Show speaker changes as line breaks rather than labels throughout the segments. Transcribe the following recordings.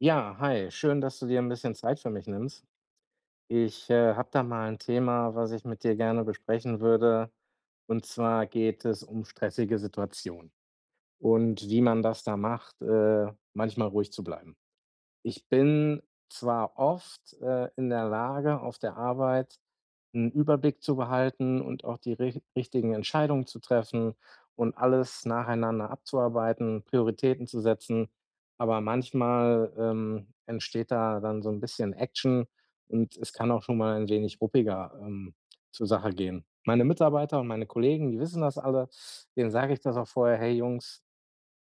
Ja, hi, schön, dass du dir ein bisschen Zeit für mich nimmst. Ich habe da mal ein Thema, was ich mit dir gerne besprechen würde. Und zwar geht es um stressige Situationen und wie man das da macht, manchmal ruhig zu bleiben. Ich bin zwar oft in der Lage, auf der Arbeit einen Überblick zu behalten und auch die richtigen Entscheidungen zu treffen und alles nacheinander abzuarbeiten, Prioritäten zu setzen, aber manchmal entsteht da dann so ein bisschen Action und es kann auch schon mal ein wenig ruppiger zur Sache gehen. Meine Mitarbeiter und meine Kollegen, die wissen das alle, denen sage ich das auch vorher: „Hey Jungs,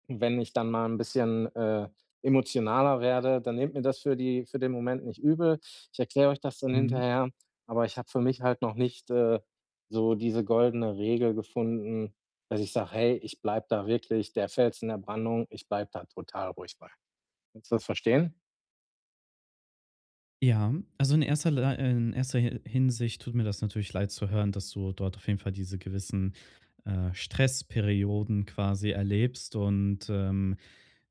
wenn ich dann mal ein bisschen emotionaler werde, dann nehmt mir das für den Moment nicht übel. Ich erkläre euch das dann
Mhm.
hinterher, aber ich habe für mich halt noch nicht so diese goldene Regel gefunden, dass ich sage: „Hey, ich bleib da wirklich der Fels in der Brandung, ich bleib da total ruhig bei.“ Kannst du das verstehen?
Ja, also in in erster Hinsicht tut mir das natürlich leid zu hören, dass du dort auf jeden Fall diese gewissen Stressperioden quasi erlebst und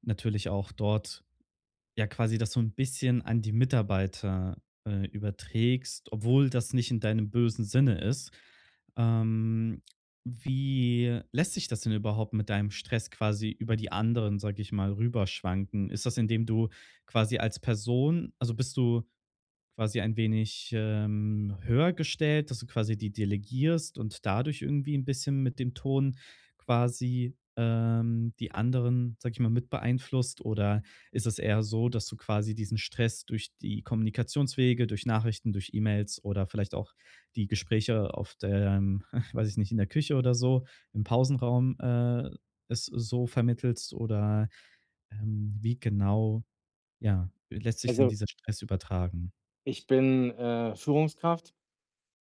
natürlich auch dort ja quasi das so ein bisschen an die Mitarbeiter überträgst, obwohl das nicht in deinem bösen Sinne ist. Ähm, Wie lässt sich das denn überhaupt mit deinem Stress quasi über die anderen, sag ich mal, rüberschwanken? Ist das, indem du quasi als Person, also bist du quasi ein wenig, höher gestellt, dass du quasi die delegierst und dadurch irgendwie ein bisschen mit dem Ton quasi, die anderen, sage ich mal, mit beeinflusst? Oder ist es eher so, dass du quasi diesen Stress durch die Kommunikationswege, durch Nachrichten, durch E-Mails oder vielleicht auch die Gespräche auf der, weiß ich nicht, in der Küche oder so, im Pausenraum, es so vermittelst? Oder, wie genau, ja, lässt sich denn
Also,
dieser Stress übertragen?
ich bin Führungskraft.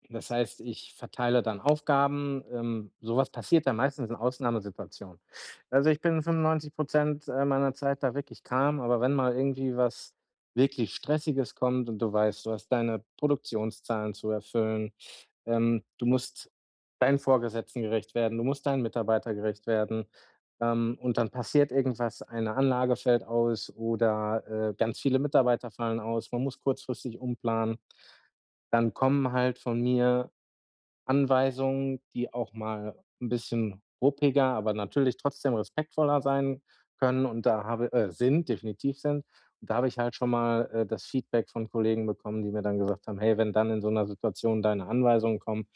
Das heißt, ich verteile dann Aufgaben. So passiert dann meistens in Ausnahmesituationen. Also, ich bin 95% meiner Zeit da wirklich calm, aber wenn mal irgendwie was wirklich Stressiges kommt und du weißt, du hast deine Produktionszahlen zu erfüllen, du musst deinen Vorgesetzten gerecht werden, du musst deinen Mitarbeiter gerecht werden, und dann passiert irgendwas, eine Anlage fällt aus oder, ganz viele Mitarbeiter fallen aus, man muss kurzfristig umplanen. Dann kommen halt von mir Anweisungen, die auch mal ein bisschen ruppiger, aber natürlich trotzdem respektvoller sein können und da habe sind, definitiv sind. Und da habe ich halt schon mal das Feedback von Kollegen bekommen, die mir dann gesagt haben: „Hey, wenn dann in so einer Situation deine Anweisungen kommen,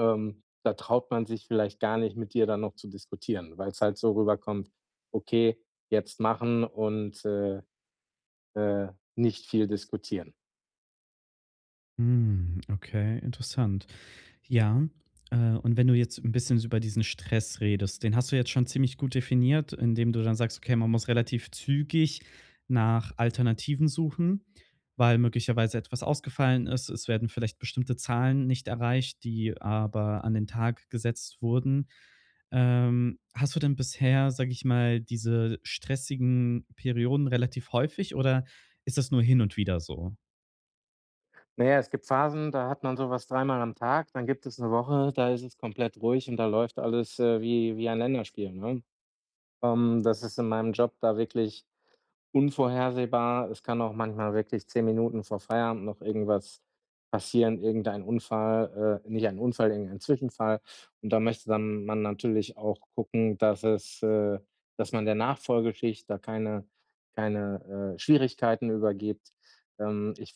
da traut man sich vielleicht gar nicht, mit dir dann noch zu diskutieren“, weil es halt so rüberkommt: „Okay, jetzt machen und, äh, nicht viel diskutieren.“
Hm, okay, interessant. Ja, und wenn du jetzt ein bisschen so über diesen Stress redest, den hast du jetzt schon ziemlich gut definiert, indem du dann sagst: „Okay, man muss relativ zügig nach Alternativen suchen, weil möglicherweise etwas ausgefallen ist. Es werden vielleicht bestimmte Zahlen nicht erreicht, die aber an den Tag gesetzt wurden.“ Hast du denn bisher, sage ich mal, diese stressigen Perioden relativ häufig oder ist das nur hin und wieder so?
Na ja, es gibt Phasen, da hat man sowas dreimal am Tag, dann gibt es eine Woche, da ist es komplett ruhig und da läuft alles, wie ein Länderspiel, ne? Das ist in meinem Job da wirklich unvorhersehbar. Es kann auch manchmal wirklich 10 Minuten vor Feierabend noch irgendwas passieren, irgendein Unfall, nicht ein Unfall, irgendein Zwischenfall. Und da möchte dann man natürlich auch gucken, dass man der Nachfolgeschicht da keine Schwierigkeiten übergibt. Ich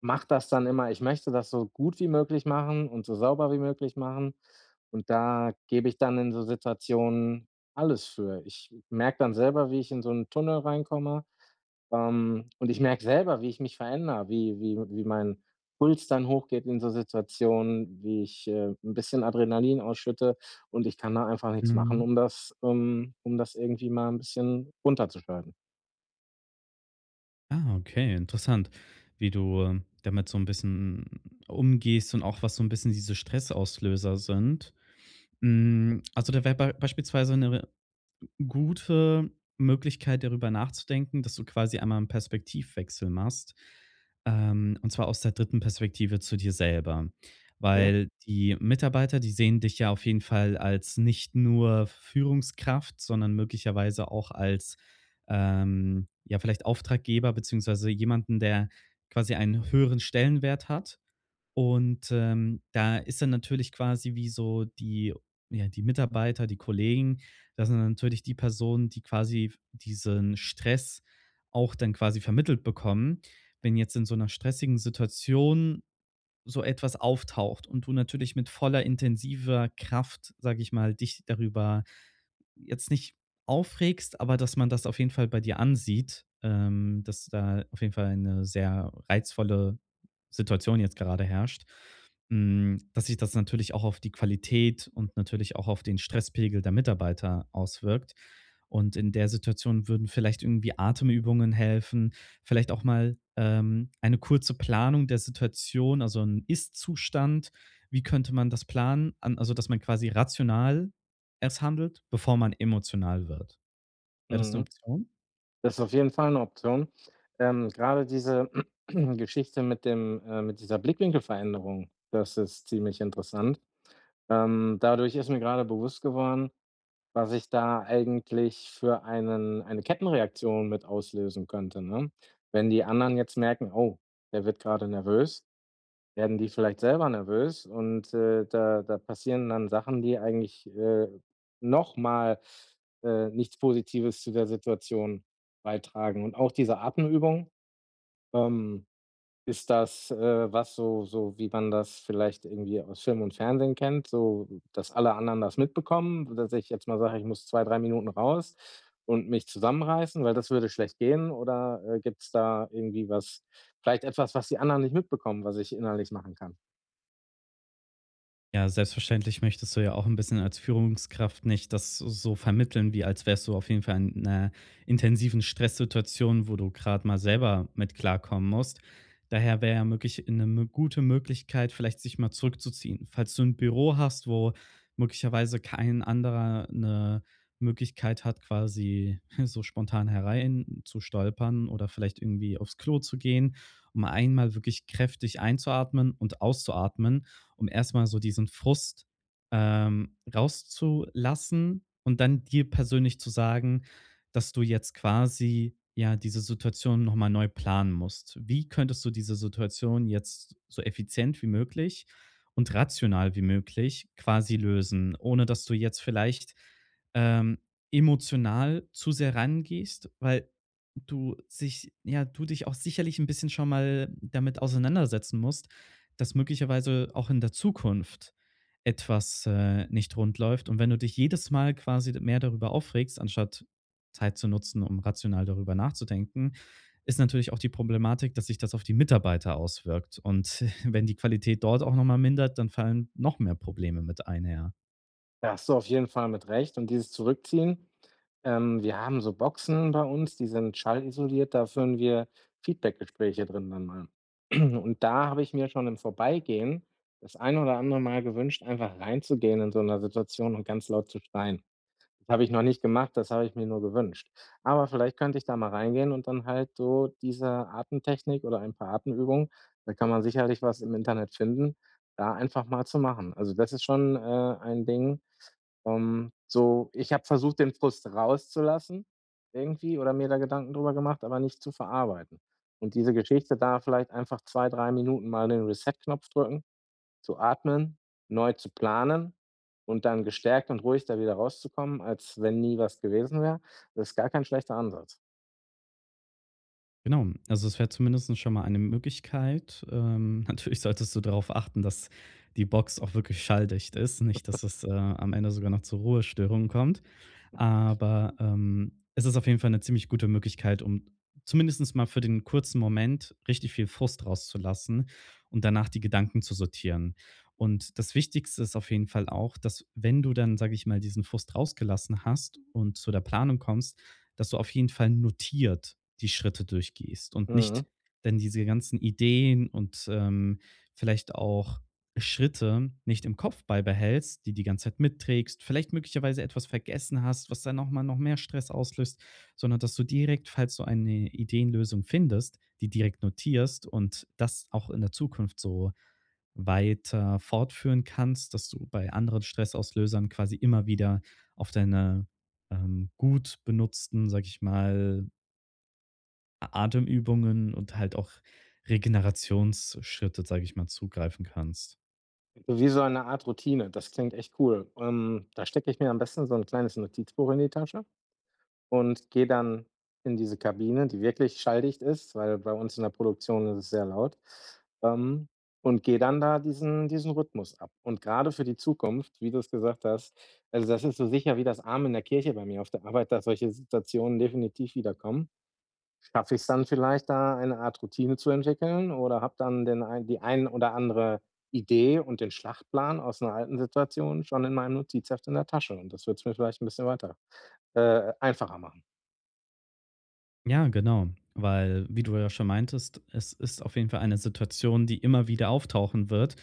mache das dann immer Ich möchte das so gut wie möglich machen und so sauber wie möglich machen. Und da gebe ich dann in so Situationen alles für. Ich merke dann selber, wie ich in so einen Tunnel reinkomme. Und ich merke selber, wie ich mich verändere, wie mein Puls dann hochgeht in so Situationen, wie ich 'n bisschen Adrenalin ausschütte und ich kann da einfach nichts machen, um das irgendwie mal ein bisschen runterzuschalten.
Ah, okay, interessant, wie du, damit so ein bisschen umgehst und auch was so ein bisschen diese Stressauslöser sind. Hm, also, da wäre beispielsweise 'ne gute Möglichkeit, darüber nachzudenken, dass du quasi einmal einen Perspektivwechsel machst, und zwar aus der dritten Perspektive zu dir selber.
Okay.
Weil die Mitarbeiter, die sehen dich ja auf jeden Fall als nicht nur Führungskraft, sondern möglicherweise auch als, ja, vielleicht Auftraggeber beziehungsweise jemanden, der quasi einen höheren Stellenwert hat. Und, da ist dann natürlich quasi wie so die ja, die Mitarbeiter, die Kollegen, das sind natürlich die Personen, die quasi diesen Stress auch dann quasi vermittelt bekommen. Wenn jetzt in so einer stressigen Situation so etwas auftaucht und du natürlich mit voller intensiver Kraft, sage ich mal, dich darüber jetzt nicht aufregst, aber dass man das auf jeden Fall bei dir ansieht, dass da auf jeden Fall eine sehr reizvolle Situation jetzt gerade herrscht, hm, dass sich das natürlich auch auf die Qualität und natürlich auch auf den Stresspegel der Mitarbeiter auswirkt. Und in der Situation würden vielleicht irgendwie Atemübungen helfen, vielleicht auch mal eine kurze Planung der Situation, also ein Ist-Zustand. Wie könnte man das planen? An, also, dass man quasi rational erst handelt, bevor man emotional wird. Wäre das eine
Mhm.
Option?
Das ist auf jeden Fall eine Option. Grade diese Geschichte mit dieser Blickwinkelveränderung, das ist ziemlich interessant. Dadurch ist mir gerade bewusst geworden, was ich da eigentlich für eine Kettenreaktion mit auslösen könnte, ne? Wenn die anderen jetzt merken: „Oh, der wird gerade nervös“, werden die vielleicht selber nervös und, da passieren dann Sachen, die eigentlich, noch nichts Positives zu der Situation beitragen. Und auch diese Atemübung, ähm ist das was so wie man das vielleicht irgendwie aus Film und Fernsehen kennt, so dass alle anderen das mitbekommen, dass ich jetzt mal sage: „Ich muss 2 3 Minuten raus und mich zusammenreißen“, weil das würde schlecht gehen? Oder gibt es da irgendwie was vielleicht etwas, was die anderen nicht mitbekommen, was ich innerlich machen kann?
Ja, selbstverständlich möchtest du ja auch ein bisschen als Führungskraft nicht das so vermitteln, wie als wärst du auf jeden Fall in einer intensiven Stresssituation, wo du gerade mal selber mit klarkommen musst. Daher wäre ja möglich eine mö gute Möglichkeit, vielleicht sich mal zurückzuziehen. Falls du ein Büro hast, wo möglicherweise kein anderer eine Möglichkeit hat, quasi so spontan herein zu stolpern oder vielleicht irgendwie aufs Klo zu gehen, um einmal wirklich kräftig einzuatmen und auszuatmen, um erstmal so diesen Frust, rauszulassen und dann dir persönlich zu sagen, dass du jetzt quasi, ja, diese Situation nochmal neu planen musst. Wie könntest du diese Situation jetzt so effizient wie möglich und rational wie möglich quasi lösen, ohne dass du jetzt vielleicht, ähm, emotional zu sehr rangehst, weil du sich ja, du dich auch sicherlich ein bisschen schon mal damit auseinandersetzen musst, dass möglicherweise auch in der Zukunft etwas, nicht rund läuft. Und wenn du dich jedes Mal quasi mehr darüber aufregst, anstatt Zeit zu nutzen, um rational darüber nachzudenken, ist natürlich auch die Problematik, dass sich das auf die Mitarbeiter auswirkt. Und wenn die Qualität dort auch noch mal mindert, dann fallen noch mehr Probleme mit einher.
Da hast du auf jeden Fall mit recht. Und dieses Zurückziehen: Wir haben so Boxen bei uns, die sind schallisoliert, da führen wir Feedbackgespräche drin dann mal. Und da habe ich mir schon im Vorbeigehen das ein oder andere Mal gewünscht, einfach reinzugehen in so einer Situation und ganz laut zu schreien. Das habe ich noch nicht gemacht, das habe ich mir nur gewünscht. Aber vielleicht könnte ich da mal reingehen und dann halt so diese Atemtechnik oder ein paar Atemübungen, da kann man sicherlich was im Internet finden, da einfach mal zu machen. Also, das ist schon, ein Ding. Ich habe versucht, den Frust rauszulassen irgendwie oder mir da Gedanken drüber gemacht, aber nicht zu verarbeiten. Und diese Geschichte da vielleicht einfach 2 3 Minuten mal den Reset-Knopf drücken, zu atmen, neu zu planen und dann gestärkt und ruhig da wieder rauszukommen, als wenn nie was gewesen wäre. Das ist gar kein schlechter Ansatz.
Genau, also es wäre zumindest schon mal eine Möglichkeit. Natürlich solltest du darauf achten, dass die Box auch wirklich schalldicht ist, nicht, dass es, am Ende sogar noch zu Ruhestörungen kommt. Aber es ist auf jeden Fall eine ziemlich gute Möglichkeit, um zumindest mal für den kurzen Moment richtig viel Frust rauszulassen und danach die Gedanken zu sortieren. Und das Wichtigste ist auf jeden Fall auch, dass wenn du dann, sage ich mal, diesen Frust rausgelassen hast und zu der Planung kommst, dass du auf jeden Fall notiert die Schritte durchgehst und nicht
Mhm.
dann diese ganzen Ideen und, vielleicht auch Schritte nicht im Kopf beibehältst, die ganze Zeit mitträgst, vielleicht möglicherweise etwas vergessen hast, was dann nochmal noch mehr Stress auslöst, sondern dass du direkt, falls du eine Ideenlösung findest, die direkt notierst und das auch in der Zukunft so weiter fortführen kannst, dass du bei anderen Stressauslösern quasi immer wieder auf deine gut benutzten, sag ich mal, Atemübungen und halt auch Regenerationsschritte, sag ich mal, zugreifen kannst.
So wie so eine Art Routine, das klingt echt cool. Da stecke ich mir am besten so ein kleines Notizbuch in die Tasche und gehe dann in diese Kabine, die wirklich schalldicht ist, weil bei uns in der Produktion ist es sehr laut, ähm, und gehe dann da diesen Rhythmus ab. Und gerade für die Zukunft, wie du es gesagt hast: Also, das ist so sicher wie das Arm in der Kirche bei mir auf der Arbeit, dass solche Situationen definitiv wiederkommen. Schaffe ich's dann vielleicht, da eine Art Routine zu entwickeln oder habe dann den ein die ein oder andere Idee und den Schlachtplan aus einer alten Situation schon in meinem Notizheft in der Tasche und das wird es mir vielleicht ein bisschen weiter einfacher machen.
Ja, genau. Weil, wie du ja schon meintest, es ist auf jeden Fall eine Situation, die immer wieder auftauchen wird.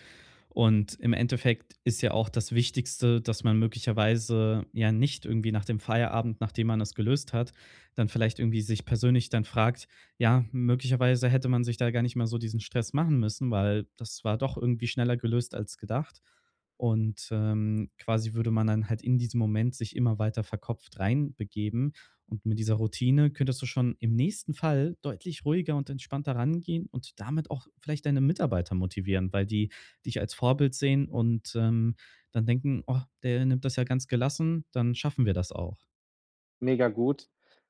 Und im Endeffekt ist ja auch das Wichtigste, dass man möglicherweise ja nicht irgendwie nach dem Feierabend, nachdem man es gelöst hat, dann vielleicht irgendwie sich persönlich dann fragt, ja, möglicherweise hätte man sich da gar nicht mal so diesen Stress machen müssen, weil das war doch irgendwie schneller gelöst als gedacht. Und quasi würde man dann halt in diesem Moment sich immer weiter verkopft reinbegeben und mit dieser Routine könntest du schon im nächsten Fall deutlich ruhiger und entspannter rangehen und damit auch vielleicht deine Mitarbeiter motivieren, weil die dich als Vorbild sehen und, dann denken: „Oh, der nimmt das ja ganz gelassen, dann schaffen wir das auch.“
Mega gut.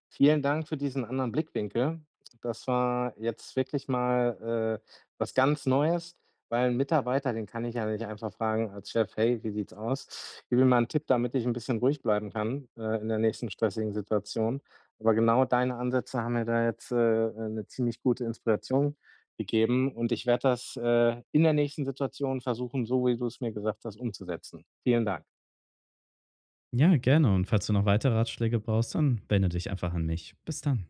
Vielen Dank für diesen anderen Blickwinkel. Das war jetzt wirklich mal was ganz Neues, weil 'n Mitarbeiter, den kann ich ja nicht einfach fragen als Chef: „Hey, wie sieht's aus? Gib mir mal einen Tipp, damit ich ein bisschen ruhig bleiben kann, in der nächsten stressigen Situation.“ Aber genau deine Ansätze haben mir da jetzt 'ne ziemlich gute Inspiration gegeben und ich werde das in der nächsten Situation versuchen, so wie du es mir gesagt hast, umzusetzen. Vielen Dank.
Ja, gerne, und falls du noch weitere Ratschläge brauchst, dann wende dich einfach an mich. Bis dann.